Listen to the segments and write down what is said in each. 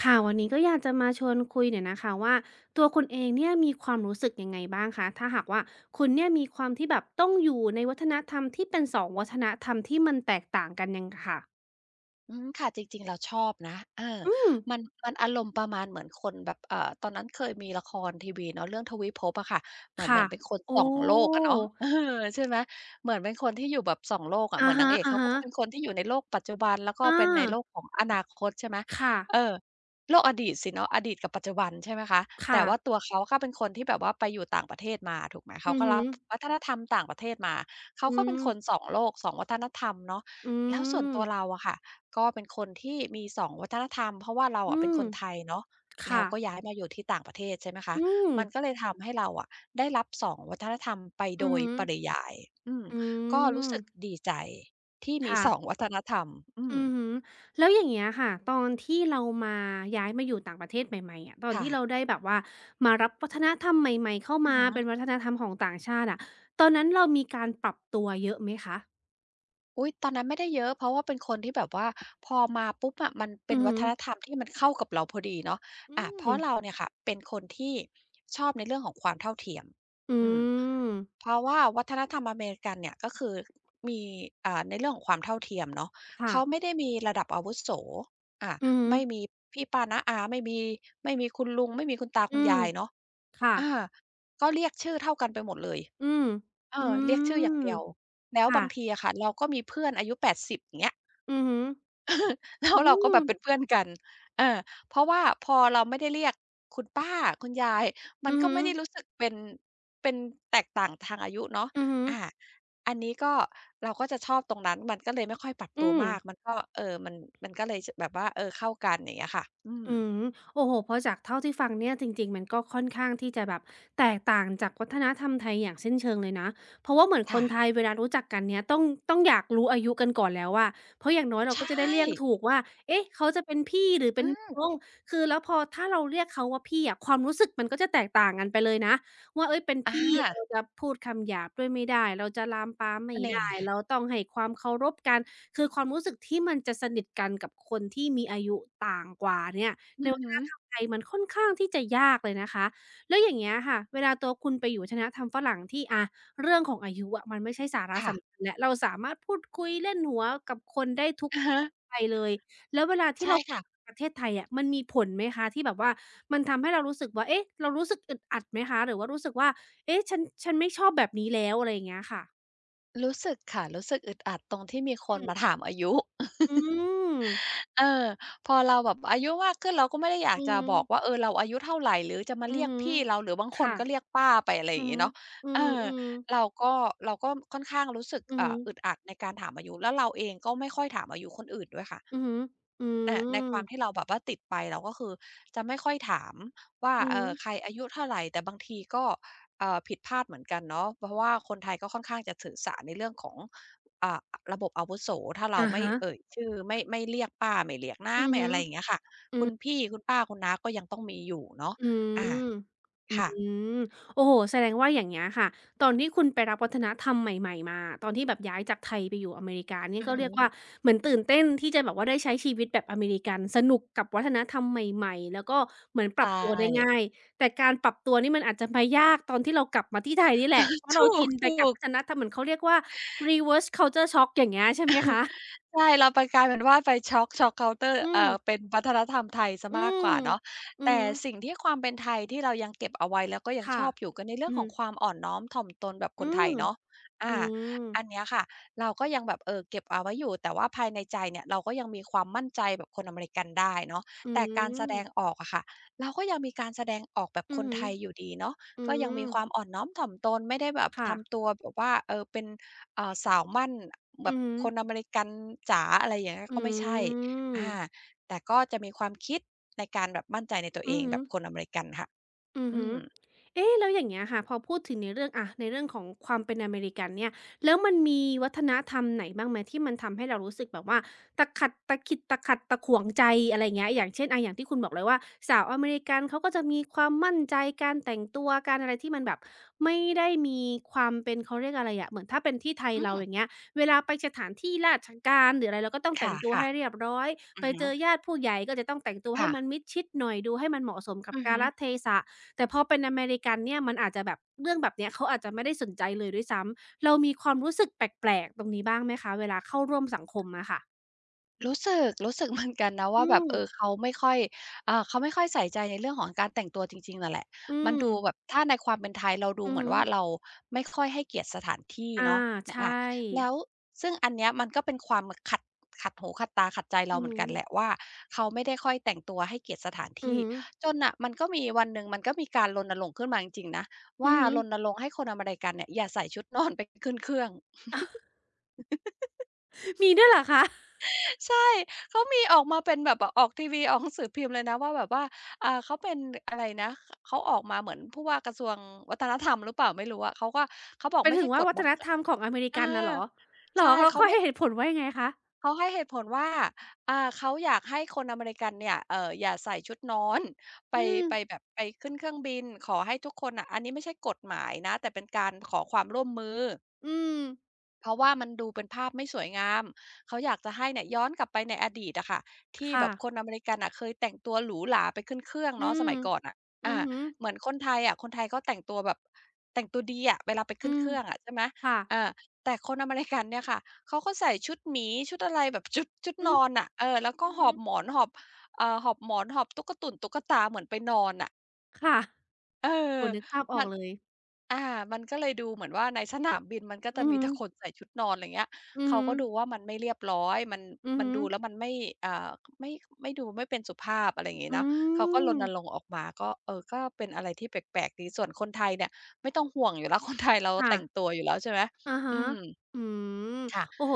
ค่ะวันนี้ก็อยากจะมาชวนคุยหน่อยนะคะว่าตัวคุณเองเนี่ยมีความรู้สึกยังไงบ้างคะถ้าหากว่าคุณเนี่ยมีความที่แบบต้องอยู่ในวัฒนธรรมที่เป็นสองวัฒนธรรมที่มันแตกต่างกันยังค่ะอืมค่ะจริงๆเราชอบนะอืมมันมันอารมณ์ประมาณเหมือนคนแบบตอนนั้นเคยมีละครทีวีเนาะเรื่องทวิภพอะค่ะเหมือนเหมืค่ะอนเป็นคนสอโอ้งโลกอะเนาะ เออใช่ไหมเหมือนเป็นคนที่อยู่แบบสองโลกอะเหอะมือนนางฮะเอกๆอาเขาก็จะเป็นคนที่อยู่ในโลกปัจจุบันแล้วก็เป็นในโลกของอนาคตใช่ไหมค่ะเออโลกอดีตสิเนาะอดีตกับปัจจุบันใช่ไหมคะแต่ค่ะว่าตัวเขาก็เป็นคนที่แบบว่าไปอยู่ต่างประเทศมาถูกไหมเขาอือก็ฮึรับวัฒนธรรมต่างประเทศมาเขาอืก็เป็นมคนสองโลกสองวัฒนธรรมเนาะอืแล้วส่วนมตัวเราอะค่ะ ก็เป็นคนที่มี2วัฒนธรรมเพราะว่าเราอือะเป็นมคนไทยเนาะแล้วค่ะก็ย้ายมาอยู่ที่ต่างประเทศใช่ไหมคะอืมมันก็เลยทำให้เราอะได้รับ2วัฒนธรรมไปโดอือยฮึปริยายอืมอืก็รู้สึกมดีใจที่มีค่ะ 2วัฒนธรรมอือือมฮึแล้วอย่างเงี้ยค่ะ ตอนที่เรามาย้ายมาอยู่ต่างประเทศใหม่ๆอะตอนค่ะที่เราได้แบบว่ามารับวัฒนธรรมใหม่ๆเข้าอะมาฮะเป็นวัฒนธรรมของต่างชาติอะตอนนั้นเรามีการปรับตัวเยอะไหมคะอุ๊ยตอนนั้นไม่ได้เยอะเพราะว่าเป็นคนที่แบบว่าพอมาปุ๊บอะมันเป็อืนอวัฮึฒนธรรมที่มันเข้ากับเราพอดีเนาะอือาเพมราะเราเนี่ยค่ะเป็นคนที่ชอบในเรื่องของความเท่าเทียมอือืม มเพราะว่าวัฒนธรรมอเมริกันเนี่ยก็คือมีในเรื่องของความเท่าเทียมเนาะค่ะเขาไม่ได้มีระดับอาวุโสอาอือฮึไม่มีพี่ป้าน้าอาไม่มีไม่มีคุณลุงไม่มีคุณตาอืคุณมยายเนาะค่ะอาก็เรียกชื่อเท่ากันไปหมดเลยอืมเออือเรียกชื่ออย่างมเดียวแล้วค่ะบางทีอะค่ะเราก็มีเพื่อนอายุ80อย่างเงี้ย อือฮึ แล้วอืเราก็แบมบเป็นเพื่อนกันเออเพราะว่าพอเราไม่ได้เรียกคุณป้าคุณยาย มันอือก็ฮึไม่ได้รู้สึกเป็น เป็นแตกต่างทางอายุเนาะอือฮึอาอันนี้ก็เราก็จะชอบตรงนั้น มันก็เลยไม่ค่อยปรับตัอืวม มาก มันก็มันก็เลยจะแบบว่าเออเข้ากันอย่างเงี้ยค่ะอืมอืมโอ้โฮเพราะจากเท่าที่ฟังเนี่ยจริงๆมันก็ค่อนข้างที่จะแบบแตกต่างจากวัฒนธรรมไทยอย่างสิ้นเชิงเลยนะเพราะว่าเหมือนคค่ะนไทยเวลารู้จักกันเนี่ยต้องอยากรู้อายุกันก่อนแล้วอะเพราะอย่างน้อยเราก็จะได้ใช่เรียกถูกว่าเอ๊ะเขาจะเป็นพี่หรือเป็อืนมน้องคือแล้วพอถ้าเราเรียกเขาว่าพี่อะความรู้สึกมันก็จะแตกต่างกันไปเลยนะว่าเฮ้ยเป็นอพี่เราาจะพูดคำหยาบด้วยไม่ได้เราจะลามปามไม่ได้นี่เราต้องให้ความเคารพกันคือความรู้สึกที่มันจะสนิทกันกับคนที่มีอายุต่างกว่าเนี่ย อืในอวัฒฮึนธรรมไทยมันค่อนข้างที่จะยากเลยนะคะแล้วอย่างเงี้ยค่ะเวลาตัวคุณไปอยู่วัฒนธรรมฝรั่งที่อะเรื่องของอายุอะมันไม่ใช่สาระค่ะสำคัญแล้วเราสามารถพูดคุยเล่นหัวกับคนได้ทุกอะฮะวัยเลยแล้วเวลาที่ใช่เรากลับค่ะ มาประเทศไทยอะมันมีผลไหมคะที่แบบว่ามันทำให้เรารู้สึกว่าเอ๊ะเรารู้สึกอึดอัดไหมคะหรือว่ารู้สึกว่าเอ๊ะฉันไม่ชอบแบบนี้แล้วอะไรอย่างเงี้ยค่ะรู้สึกค่ะ รู้สึกอึดอัดตรงที่มีคอืนมามถามอายุ อืมเออพอเราแบบอายุมากขึ้นเราก็ไม่ได้อยากอือจะฮึบอกว่าเออเราอายุเท่าไรหรือจะมาอืเรีอยกฮึพี่เราหรือบางคนค่ะก็เรียกป้าไปอะไรออืย่างองี้ฮึเนาะอืเอออๆเราก็เราก็ค่อนข้างรู้สึกอือฮึ อึดอัดในการถามอายุแล้วเราเองก็ไม่ค่อยถามอายุคนอื่นด้วยอือค่ะ ฮึอืเนี่ยในคมวามที่เราแบบว่าติดไปเราก็คือจะไม่ค่อยถามว่าอือเอฮึอใครอายุเท่าไหรแต่บางทีก็เออผิดพลาดเหมือนกันเนาะเพราะว่าคนไทยก็ค่อนข้างจะถือสาในเรื่องของอ่าระบบอาวุโสถ้าเราอะไม่ฮะเอ่ยชื่อไม่เรียกป้าไม่เรียกน้าอือไม่ฮึอะไรอย่างเงี้ยค่ะอืคุณอพี่คุณป้าคุณน้าก็ยังต้องมีอยู่เนาะอือามอืค่ะมโอ้โฮแสดงว่าอย่างเงี้ยค่ะตอนที่คุณไปรับวัฒนธรรมใหม่ๆมาตอนที่แบบย้ายจากไทยไปอยู่อเมริกาเนี่ยอือก็หืเรียอกว่าเหมือนตื่นเต้นที่จะแบบว่าได้ใช้ชีวิตแบบอเมริกันสนุกกับวัฒนธรรมใหม่ๆแล้วก็เหมือนปใชรับตัวได้ง่า่ ยแต่การปรับตัวนี่มันอาจจะมายากตอนที่เรากลับมาที่ไทยนี่แหละเพ ราะเราถูชินไปกับกวัฒๆ นธรรมเหมือนเขาเรียกว่า reverse culture shock อย่างเงี้ยใช่ไหมคะใช่เราไปกลายเป็นว่าไปช็อกเคาน์เตอร์อืม เป็นวัฒนธรรมไทยเสียอืมากกมว่าเนาะอือแต่ฮึสิ่งที่ความเป็นไทยที่เรายังเก็บเอาไว้แล้วก็ยังชค่ะอบอยู่ก็ในเรื่ออืงอขฮึองความอ่อนน้อมถ่อมตนแบบคอืนไทมยเนาะอือามอันเนี้ยค่ะเราก็ยังแบบเก็บเอาไว้อยู่แต่ว่าภายในใจเนี่ยเราก็ยังมีความมั่นใจแบบคนอเมริกันได้เนาะอืแต่การแสดงอมอกอะค่ะเราก็ยังมีการแสดงออกแบบอืคอนฮึไทยอยู่ดีเนาะอืก็ยังมมีความอ่อนน้อมถ่อมตนไม่ได้แบบค่ะทำตัวแบบว่าเออเป็น สาวมั่นแบอืบอฮึคนอเมริกันจ๋าอะไรอย่างเงี้ยอืก็ไม่ใช่มอาแต่ก็จะมีความคิดในการแบบมั่นใจในตัวเออืองฮึ แบบคนอเมริกันค่ะอืออืฮึมเอ๊ะแล้วอย่างเงี้ยค่ะพอพูดถึงในเรื่องอะในเรื่องของความเป็นอเมริกันเนี่ยแล้วมันมีวัฒนธรรมไหนบ้างไหมที่มันทำให้เรารู้สึกแบบว่าตะขัดตะขิดตะขัดตะขวงใจอะไรเงี้ยอย่างเช่นอะอย่างที่คุณบอกเลยว่าสาวอเมริกันเขาก็จะมีความมั่นใจการแต่งตัวการอะไรที่มันแบบไม่ได้มีความเป็นเขาเรียกอะไรอะเหมือนถ้าเป็นที่ไทยอืเรามอย่างเงี้ยเวลาไปสถานที่ราชการหรืออะไรเราก็ต้องคแต่งตัว่ะให้เรียบร้อยๆอืไปอฮึเจอญาติผู้ใหญ่ก็จะต้องแต่งตัวให้ค่ะมันมิดชิดหน่อยดูให้มันเหมาะสมกับอือกาฮึ ลเทศะ แต่พอเป็นอเมริกันเนี่ยมันอาจจะแบบเรื่องแบบเนี้ยเขาอาจจะไม่ได้สนใจเลยด้วยซ้ำเรามีความรู้สึกแปลกๆตรงนี้บ้างไหมคะเวลาเข้าร่วมสังคมอะค่ะรู้สึก เหมือนกันนะอืว่าแบบมเออเขาไม่ค่อยเขาไม่ค่อยใส่ใจในเรื่องของการแต่งตัวจริงๆน่ะแหละอืมันมดูแบบถ้าในความเป็นไทยเราดูอืเหอมือนฮึว่าเราไม่ค่อยให้เกียรติสถานที่อาเนาะนใช่แล้วซึ่งอันเนี้ยมันก็เป็นความแบบขัดหูขัดตาขัดใจเราอือเหมือฮึนกันแหละว่าเขาไม่ได้ค่อยแต่งตัวให้เกียรติสถานอือที่ฮึจนน่ะมันก็มีวันหนึ่งมันก็มีการรณรงค์ขึ้นมาจริงๆนะอืว่าอฮึ รณรงค์ให้คนอเมริกันเนี่ยอย่าใส่ชุดนอนไปขึ้นเครื่อง มีด้วยเหรอคะใช่เขามีออกมาเป็นแบบออกทีวี ออกหนังสือพิมพ์เลยนะว่าแบบว่าเขาเป็นอะไรนะเขาออกมาเหมือนผู้ว่ากระทรวงวัฒนธรรมหรือเปล่าไม่รู้อะเขาก็เขาบอกเป็นไม่ถึใช่งกว่าฎวัฒบังนคัธบรรมของอเมริเออกันน่ะเหรอเหรใช่อแล้วเขาเขาไม่ให้เหตุผลว่ายังไงคะเขาให้เหตุผลว่าเขาอยากให้คนอเมริกันเนี่ยอย่าใส่ชุดนอนไปอืมไปแบบไปขึ้นเครื่องบินขอให้ทุกคนน่ะอันนี้ไม่ใช่กฎหมายนะแต่เป็นการขอความร่วมมือ อืมเพราะว่ามันดูเป็นภาพไม่สวยงามเขาอยากจะให้เนี่ยย้อนกลับไปในอดีตอะค่ะที่แบค่ะบคนอเมริกันอะเคยแต่งตัวหรูหราไปขึ้นเครื่องอืเนาะสมมัยก่อนอะอือาอฮึเหมือนคนไทยอะคนไทยก็แต่งตัวแบบแต่งตัวดีอะเวลาไปอืขึ้นเคมรื่องอะใช่ไหมค่ะอาแต่คนอเมริกันเนี่ยค่ะเขาก็ใส่ชุดหมีชุดอะไรแบบชุดอือนอนน่ะเออแล้วก็หอฮึบหมอนหอบหอบหมอนหอบตุ๊กตุ่นตุ๊กตาเหมือนไปนอนน่ะ ค่ะเออโอ้โฮนึกภาพออมักนเลยอามันก็เลยดูเหมือนว่าในสนามบินมันก็จะอือมีฮึแต่คนใส่ชุดนอนไรเงี้ยอือเขาฮึ ก็ดูว่ามันไม่เรียบร้อย มันอือมันฮึดูแล้วมันไม่อ่าไม่ไม่ดูไม่เป็นสุภาพอะไรอย่างงี้อืเนาะเขาก็รณรงมค์ออกมาก็เออก็เป็นอะไรที่แปลกๆดีส่วนคนไทยเนี่ยไม่ต้องห่วงอยู่แล้ว คนไทยเราค่ะ แต่งตัวอยู่แล้วใช่ไหมอะอืฮะ มอืม ค่ะโอ้โฮ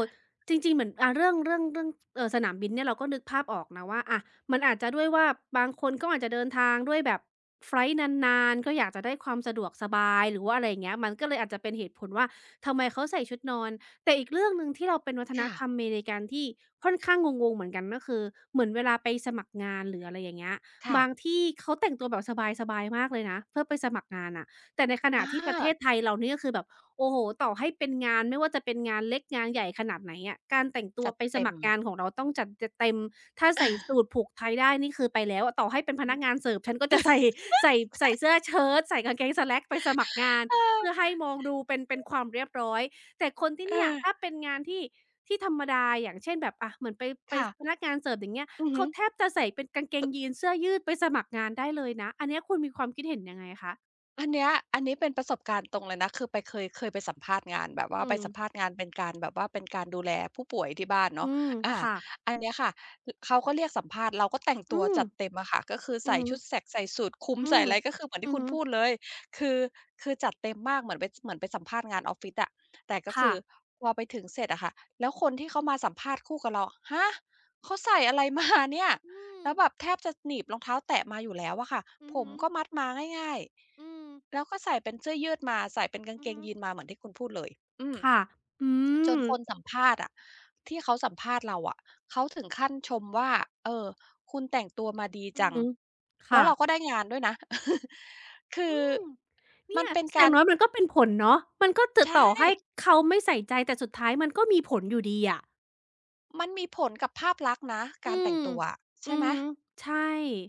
จริงๆ เหมือนเรื่องสนามบินเนี่ยเราก็นึกภาพออกนะว่าอะมันอาจจะด้วยว่าบางคนก็อาจจะเดินทางด้วยแบบไฟลต์นานๆก็อยากจะได้ความสะดวกสบายหรือว่าอะไรอย่างเงี้ยมันก็เลยอาจจะเป็นเหตุผลว่าทำไมเขาใส่ชุดนอนแต่อีกเรื่องหนึ่งที่เราเป็นวัฒนค่ะธรรมอเมริกันที่ค่อนข้างงงๆเหมือนกันก็คือเหมือนเวลาไปสมัครงานหรืออะไรอย่างเงี้ยค่ะบางที่เขาแต่งตัวแบบสบายๆมากเลยนะเพื่อไปสมัครงานน่ะแต่ในขณะอาที่ประเทศไทยเรานี่ก็คือแบบ โอ้โฮต่อให้เป็นงานไม่ว่าจะเป็นงานเล็กงานใหญ่ขนาดไหนอะการแต่งตัวจัดไปสเต็ม มัครงานของเราต้องจัดจเต็มถ้าใส่สูทผูกไทได้นี่คือไปแล้วอะต่อให้เป็นพนักงา นเสิร์ฟฉันก็จะใส่ใส่ใส่เสื้อเชิ้ตใส่กางเกงสแล็กไปสมัครงานเเพื่อออให้มองดูเป็นความเรียบร้อยแต่คนที่เอเนี่ยถ้าอเป็นงานที่ธรรมดาอย่างเช่นแบบอะเหมือนไปค่ะพนักงานเสิร์ฟอย่างเงี้ยอือฮึ เขาแทบจะใส่เป็นกางเกงยีนส์เสื้อยืดไปสมัครงานได้เลยนะอันเนี้ยคุณมีความคิดเห็นยังไงคะอันเนี้ยอันนี้เป็นประสบการณ์ตรงเลยนะ คือไปเคยไปสัมภาษณ์งานแบบอืว่าไปมสัมภาษณ์งานเป็นการแบบว่าเป็นการดูแลผู้ป่วยที่บ้านอืเนาะมอาค่ะอันเนี้ยค่ะอเขาก็เรียกสัมภาษณ์เราก็แต่งตัอืวม จัดเต็มอะค่ะ ก็คืออืใส่อฮึชุดแสกใส่สูทคลุมอืใส่มอะไรก็คือเหมือนอืที่อคุณฮึพูดเลย คือคือจัดเต็มมากเหมือนไปเหมือนไปสัมภาษณ์งานออฟฟิศอะแต่ก็คืค่ะอพอไปถึงเสร็จอะค่ะแล้วคนที่เขามาสัมภาษณ์คู่กับเราฮะเขาใส่อะไรมาเนี่ย อืมแล้วแบบแทบจะหนีบรองเท้าแตะมาอยู่แล้วอะค่ะอืผอมฮึก็มัดมาง่ายอืมๆแล้วก็ใส่เป็นเสื้อยืดมาใส่เป็นกางอืเกองฮึยีนมาเหมือนที่คุณพูดเลยอืมค่ะอืจมนคนสัมภาษณ์อะที่เขาสัมภาษณ์เราอะเขาถึงขั้นชมว่าเออคุณแต่งตัวมาดีอือจังฮึแล้วค่ะเราก็ได้งานด้วยนะ คือือมมัเนี่นยเป็นอกาย่ารงน้อยมันก็เป็นผลเนาะมันก็จะใช่ต่อให้เขาไม่ใส่ใจแต่สุดท้ายมันก็มีผลอยู่ดีอะมันมีผลกับภาพลักษณ์นะอืการแต่งมตัวอะอืใช่อไหม ฮึใช่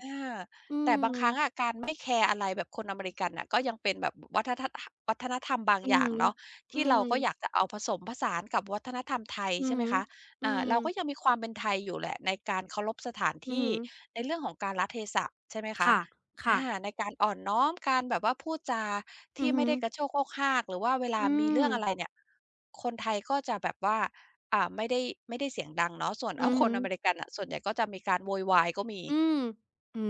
อาอืแต่บางมครั้งอะการไม่แคร์อะไรแบบคนอเมริกันน่ะก็ยังเป็นแบบวัฒนธรรมบางอืออย่างฮึเนาะอืที่มเราก็อยากจะเอาผสมผสานกับวัฒนธรรมไทยอือใช่ไหมฮึคะอืมเราก็ยังมีความเป็นไทยอยู่แหละในการเคารพสถานอือที่ฮึในเรื่องของกาลเทศะใช่ไหมคะค่ะค่ะอาในการอ่อนน้อมการแบบว่าพูดจาอืที่อไม่ฮึได้กระโชกโฮกฮากหรือว่าเวลาอืมีมเรื่องอะไรเนี่ยคนไทยก็จะแบบว่าอ่าไม่ได้ไม่ได้เสียงดังเนาะส่วน อืเอาอคฮึ นอเมริกันน่ะส่วนใหญ่ก็จะมีการโวยวายก็มีอืมอื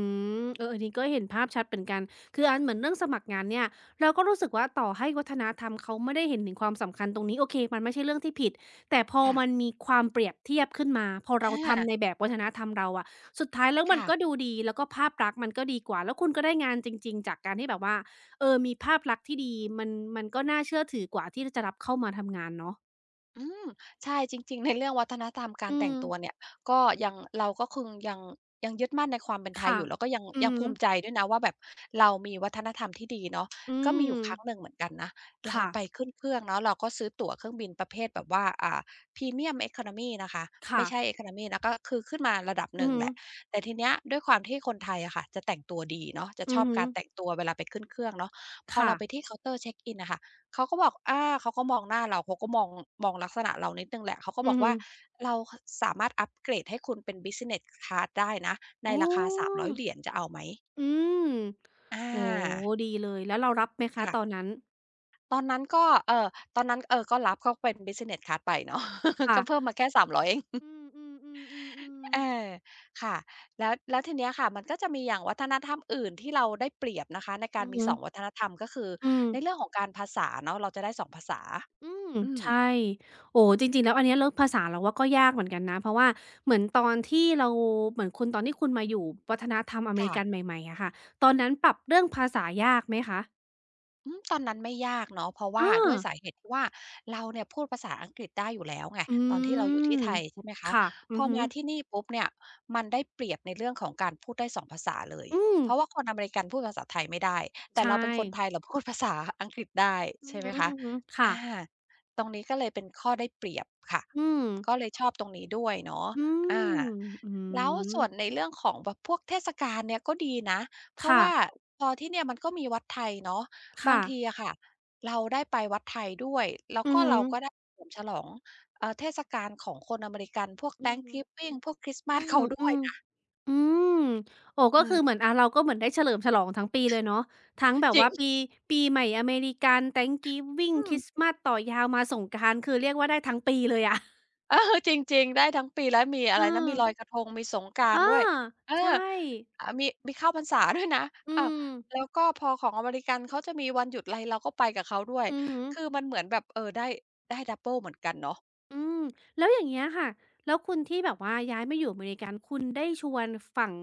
มเอออันนี้ก็เห็นภาพชัดเหมือนกัน คืออันเหมือนเรื่องสมัครงานเนี่ยเราก็รู้สึกว่าต่อให้วัฒนธรรมเขาไม่ได้เห็นถึงความสำคัญตรงนี้โอเคมันไม่ใช่เรื่องที่ผิด แต่พอค่ะ มันมีความเปรียบเทียบขึ้นมา พออเราาทำในแบบวัฒนธรรมเราอะสุดท้ายแล้วมันค่ะก็ดูดี แล้วก็ภาพลักษณ์มันก็ดีกว่า แล้วคุณก็ได้งานจริงๆจากการที่แบบว่าเออมีภาพลักษณ์ที่ดีมันมันก็น่าเชื่อถือกว่าที่จะรับเข้ามาทำงานเนาะอืมใช่จริงๆในเรื่องวัฒนธรรมการอืแต่งมตัวเนี่ย ก็ยังเราก็คือยังยึดมั่นในความเป็นไทยค่ะอยู่แล้วก็ยังอือยังภูมิใจฮึด้วยนะว่าแบบเรามีวัฒนธรรมที่ดีเนาะอืก็มีมอยู่ครั้งหนึ่งเหมือนกันนะ เราค่ะไปขึ้นเครื่องเนาะเราก็ซื้อตั๋วเครื่องบินประเภทแบบว่าPremium Economy นะคะ ค่ะไม่ใช่ Economy นะก็คือขึ้นมาระดับหอือนึ่งฮึแหละ แต่ทีเนี้ยด้วยความที่คนไทยอะค่ะจะแต่งตัวดีเนาะจะอืชออบฮึ การแต่งตัวเวลาไปขึ้นเครื่องเนาะพอค่ะเราไปที่เคาน์เตอร์เช็กอินน่ะค่ะ เขาก็บอกอาเขาก็มองหน้าเรา เขาก็มองมองลักษณะเรานิดหนึ่งแหละ เขาก็อืบออกฮึว่า เราคสามารถอัปเกรดให้คุณเป็น Business Class ได้นะ ในอ๋ราคา อ $300 เหรียญจะเอาไหมอืมอโอ้าโฮดีเลยแล้วเรารับไหมคะตอค่ะนนั้นตอนนั้นก็ตอนนั้นเออก็รับเขาเป็น Business Class ไปเนาะ ก็เพิ่มค่ะมาแค่300เอง อืมๆเอๆอๆๆค่ะแล้วแล้วทีเนี้ยค่ะ มันก็จะมีอย่างวัฒนธรรมอื่นที่เราได้เปรียบนะคะในกาอืรอมีฮึ2วัฒนธรรมก็คือ อืมในเรื่องของการภาษาเนาะเราจะได้สองภาษาอืมอืมใช่โอ้โฮจริงๆแล้วอันเนี้ยเรื่องภาษาเราว่าก็ยากเหมือนกันนะเพราะว่าเหมือนตอนที่เราเหมือนคุณตอนที่คุณมาอยู่วัฒนธรรมอเมริค่ะ กันใหม่ๆอะค่ะตอนนั้นปรับเรื่องภาษายากไหมคะตอนนั้นไม่ยากเนาะเพราะอว่าด้วยาสาเหตุที่ว่าเราเนี่ยพูดภาษาอังกฤษได้อยู่แล้วไงอืตอนที่เราอยู่ที่มไทยใช่ไหมคะค่ะอืพออฮึมาที่นี่ปุ๊บเนี่ยมันได้เปรียบในเรื่องของการพูดได้สองภาษาเลยอืมเพราะว่าคนอเมริกันพูดภาษาไทยไม่ได้แต่เราเป็ใช่นคนไทยเราพูดภาษาอังกฤษได้อืใช่อไหมคะฮึๆค่ะอาตรงนี้ก็เลยเป็นข้อได้เปรียบค่ะอืม ก็เลยชอบตรงนี้ด้วยเนาะอือาม อืแล้วมส่วนในเรื่องของแบบพวกเทศกาลเนี่ยก็ดีนะเพราะค่ะว่าพอที่เนี่ยมันก็มีวัดไทยเนาะ บางค่ะทีอะค่ะเราได้ไปวัดไทยด้วยแล้วอืก็อฮึเราก็ได้เฉลิมฉลองเทศกาลของคนอเมริกันพวก อือฮึ Thanksgiving พวกคริสต์มาอืส ม เขาด้อืวยม นะอืมโอ้อืก็คือมเหมือนอาเราก็เหมือนได้เฉลิมฉลองทั้งปีเลยเนาะทั้งแบบจริว่าปีงปีใหม่อเมริกัน Thanksgiving อืคมริสต์มาสต่อยาวมาสงกรานต์คือเรียกว่าได้ทั้งปีเลยอะเออ จริงๆได้ทั้งปีแล้วมีอะเอไรนะอมีลอยกระทงมีสงกรานต์อาด้วยเออใช่อ่ามีมีเข้าพรรษาด้วยนะอือามแล้วก็พอของอเมริกันเขาจะมีวันหยุดไรเราก็ไปกับเขาด้วยอือฮึ คือมันเหมือนแบบเออได้ดับเบิลเหมือนกันเนาะอืมแล้วอย่างเงี้ยค่ะแล้วคุณที่แบบว่าย้ายมาอยู่อเมริกันคุณได้ชวนฝั่ง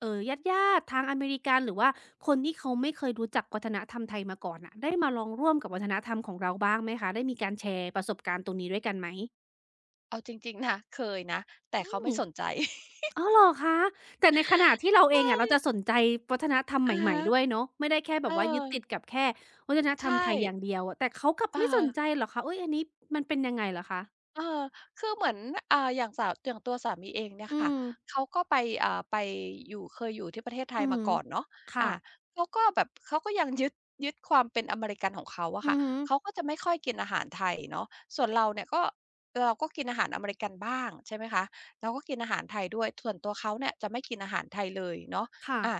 เอ่อญาติๆทางอเมริกันหรือว่าคนที่เขาไม่เคยรู้จักวัฒนธรรมไทยมาก่อนน่ะได้มาลองร่วมกับวัฒนธรรมของเราบ้างไหมคะได้มีการแชร์ประสบการณ์ตรงนี้ด้วยกันไหมเอาจริงๆนะเคยนะแต่อืเขาไม่มสนใจ อ้าวเหรอคะแต่ในขณะที่เราเองอะเรา จะสนใจวัฒนธรรมอะใหม่ฮะๆด้วยเนาะไม่ได้แค่แบเออ บว่ายึดติดกับแค่วัฒนใชธรรม่ไทยอย่างเดียวอะแต่เขากลับเอไม่สอ นใจเหรอคะอุยอันนี้มันเป็นยังไงเหรอคะเออคือเหมือนอ่าอย่างสาอย่างตัวสามีเองเนี่ยอืค่ะมเขาก็ไปอ่าไปอยู่เคยอยู่ที่ประเทศไทยอือมาฮึก่อนเนาะค่ะอ่าเขาก็แบบเขาก็ยังยึดความเป็นอเมริกันของเขาอะอืค่ะอฮึ เขาก็จะไม่ค่อยกินอาหารไทยเนาะส่วนเราเนี่ยก็เราก็กินอาหารอเมริกันบ้างใช่ไหมคะเราก็กินอาหารไทยด้วยส่วนตัวเขาเนี่ยจะไม่กินอาหารไทยเลยเนาะค่ะอ่า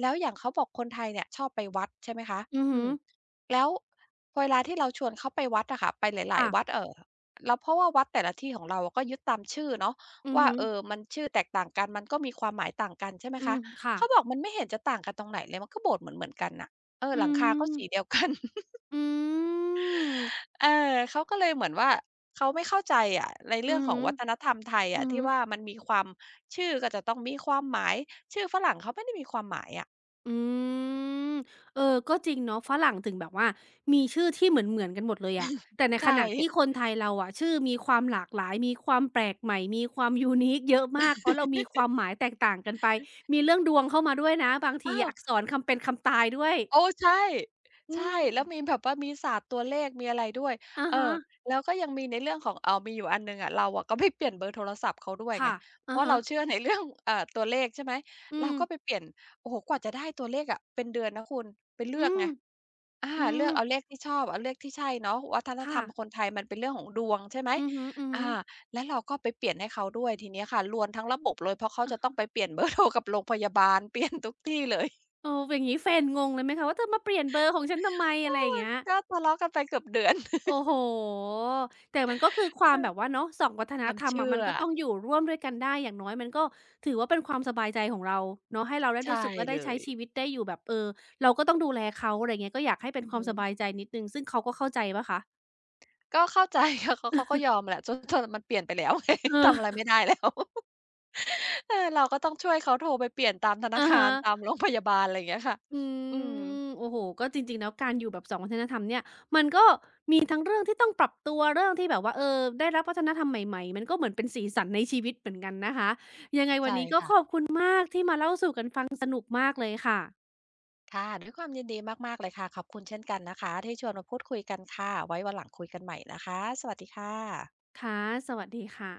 แล้วอย่างเขาบอกคนไทยเนี่ยชอบไปวัดใช่ไหมคะอืออืฮึมแล้วเวลาที่เราชวนเขาไปวัดอะค่ะไปหลายค่ะๆวัดแล้วเพราะว่าวัดแต่ละที่ของเราก็ยึดตามชื่อเนาะอือว่าฮึเออมันชื่อแตกต่างกันมันก็มีความหมายต่างกันใช่ไหมอืคะมค่ะเขาบอกมันไม่เห็นจะต่างกันตรงไหนเลยมันก็โบสถ์เหมือนๆกันน่ะเอออืหลังคาก็มสีเดียวกัน อืมเออเขาก็เลยเหมือนว่าเขาไม่เข้าใจอะในอืเรื่องอขอฮึงวัฒนธรรมไทยอือะอฮึที่ว่ามันมีความชื่อก็จะต้องมีความหมายชื่อฝรั่งเขาไม่ได้มีความหมายอะอืมเออก็จริงเนาะฝรั่งถึงแบบว่ามีชื่อที่เหมือนๆกันหมดเลยอะแต่ในขใช่ ณะที่ค นไทยเราอะชื่อมีความหลากหลายมีความแปลกใหม่มีความ unique เยอะมากเพราะเรามีความหมายแตกต่างกันไปมีเรื่องดวงเข้ามาด้วยนะบางเอทีอ อักษรคำเป็นคำตายด้วยโอ้ใช่อืใช่มแล้วมีแบบว่ามีศาสตร์ตัวเลขมีอะไรด้วยอะเออฮะแล้วก็ยังมีในเรื่องของอ้าวมีอยู่อันหนึ่งอะเราอะก็ไปเปลี่ยนเบอร์โทรศัพท์เขาด้วยไงค่ะเพอะราะเราฮะเชื่อในเรื่อง ตัวเลขใช่ไหมอืเรามก็ไปเปลี่ยนโอ้โฮกว่าจะได้ตัวเลขอะเป็นเดือนนะคุณไปเลือือกมไงอาอืเลือมกอเอาเลขที่ชอบเอาเลขที่ใช่เนาะวัฒนธรค่ะ รมคนไทยมันเป็นเรื่องของดวงใช่ไหมอือฮึๆออาฮึแล้วเราก็ไปเปลี่ยนให้เขาด้วยทีเนี้ยค่ะรวนทั้งระบบเลยเพราะเขาจะต้องไปเปลี่ยน เบอร์โทรกับโรงพยาบาลเปลี่ยนทุกที่เลย โออย่างงี้แฟนงงเลยไหมคะว่าเธอมาเปลี่ยนเบอร์ของฉันทำไมเออะไรอย่าองเงี้ยก็ทะเลาะกันไปเกือบเดือน โอ้ โฮแต่มันก็คือควาเอมอแบบว่าเนาะ2วัฒคนวามธรรมอะเชื่มัอนก็ต้องอยู่ร่วมด้วยกันได้อย่างน้อยมันก็ถือว่าเป็นความสบายใจของเราเนาะให้เราได้รู้ใช่สึกว่าได้เลใช้ยชีวิตได้อยู่แบบเออเราก็ต้องดูแลเขาอะไรเงี้ยก็อยากให้เป็นอือความฮึสบายใจนิดหนึ่งซึ่งเขาก็เข้าใจเปล่าคะก็เข้าใจ ค่ะเขาก็ยอมแหละจนมันเปลี่ยนไปแล้ว ไงเอทำอะไรอ ไม่ได้แล้ว เออเราก็ต้องช่วยเขาโทรไปเปลี่ยนตามธ นาอะคาฮะ รตามโรงพยาบาลอะไรอย่างเงี้ยค่ะอือืมมโอ้โฮก็จริงๆแล้วการอยู่แบบสองวัฒนธรรมเนี่ยมันก็มีทั้งเรื่องที่ต้องปรับตัวเรื่องที่แบบว่าเออได้รับวัฒนธรรมใหม่ๆมันก็เหมือนเป็นสีสันในชีวิตเหมือนกันนะคะยังไงวัใช่นนี้ก็ขอบค่ะคุณมากที่มาเล่าสู่กันฟังสนุกมากเลยค่ะค่ะด้วยความยินดีมากๆเลยค่ะขอบคุณเช่นกันนะคะที่ชวนมาพูดคุยกันค่ะไว้วันหลังคุยกันใหม่นะคะสวัสดีค่ะค่ะสวัสดีค่ะ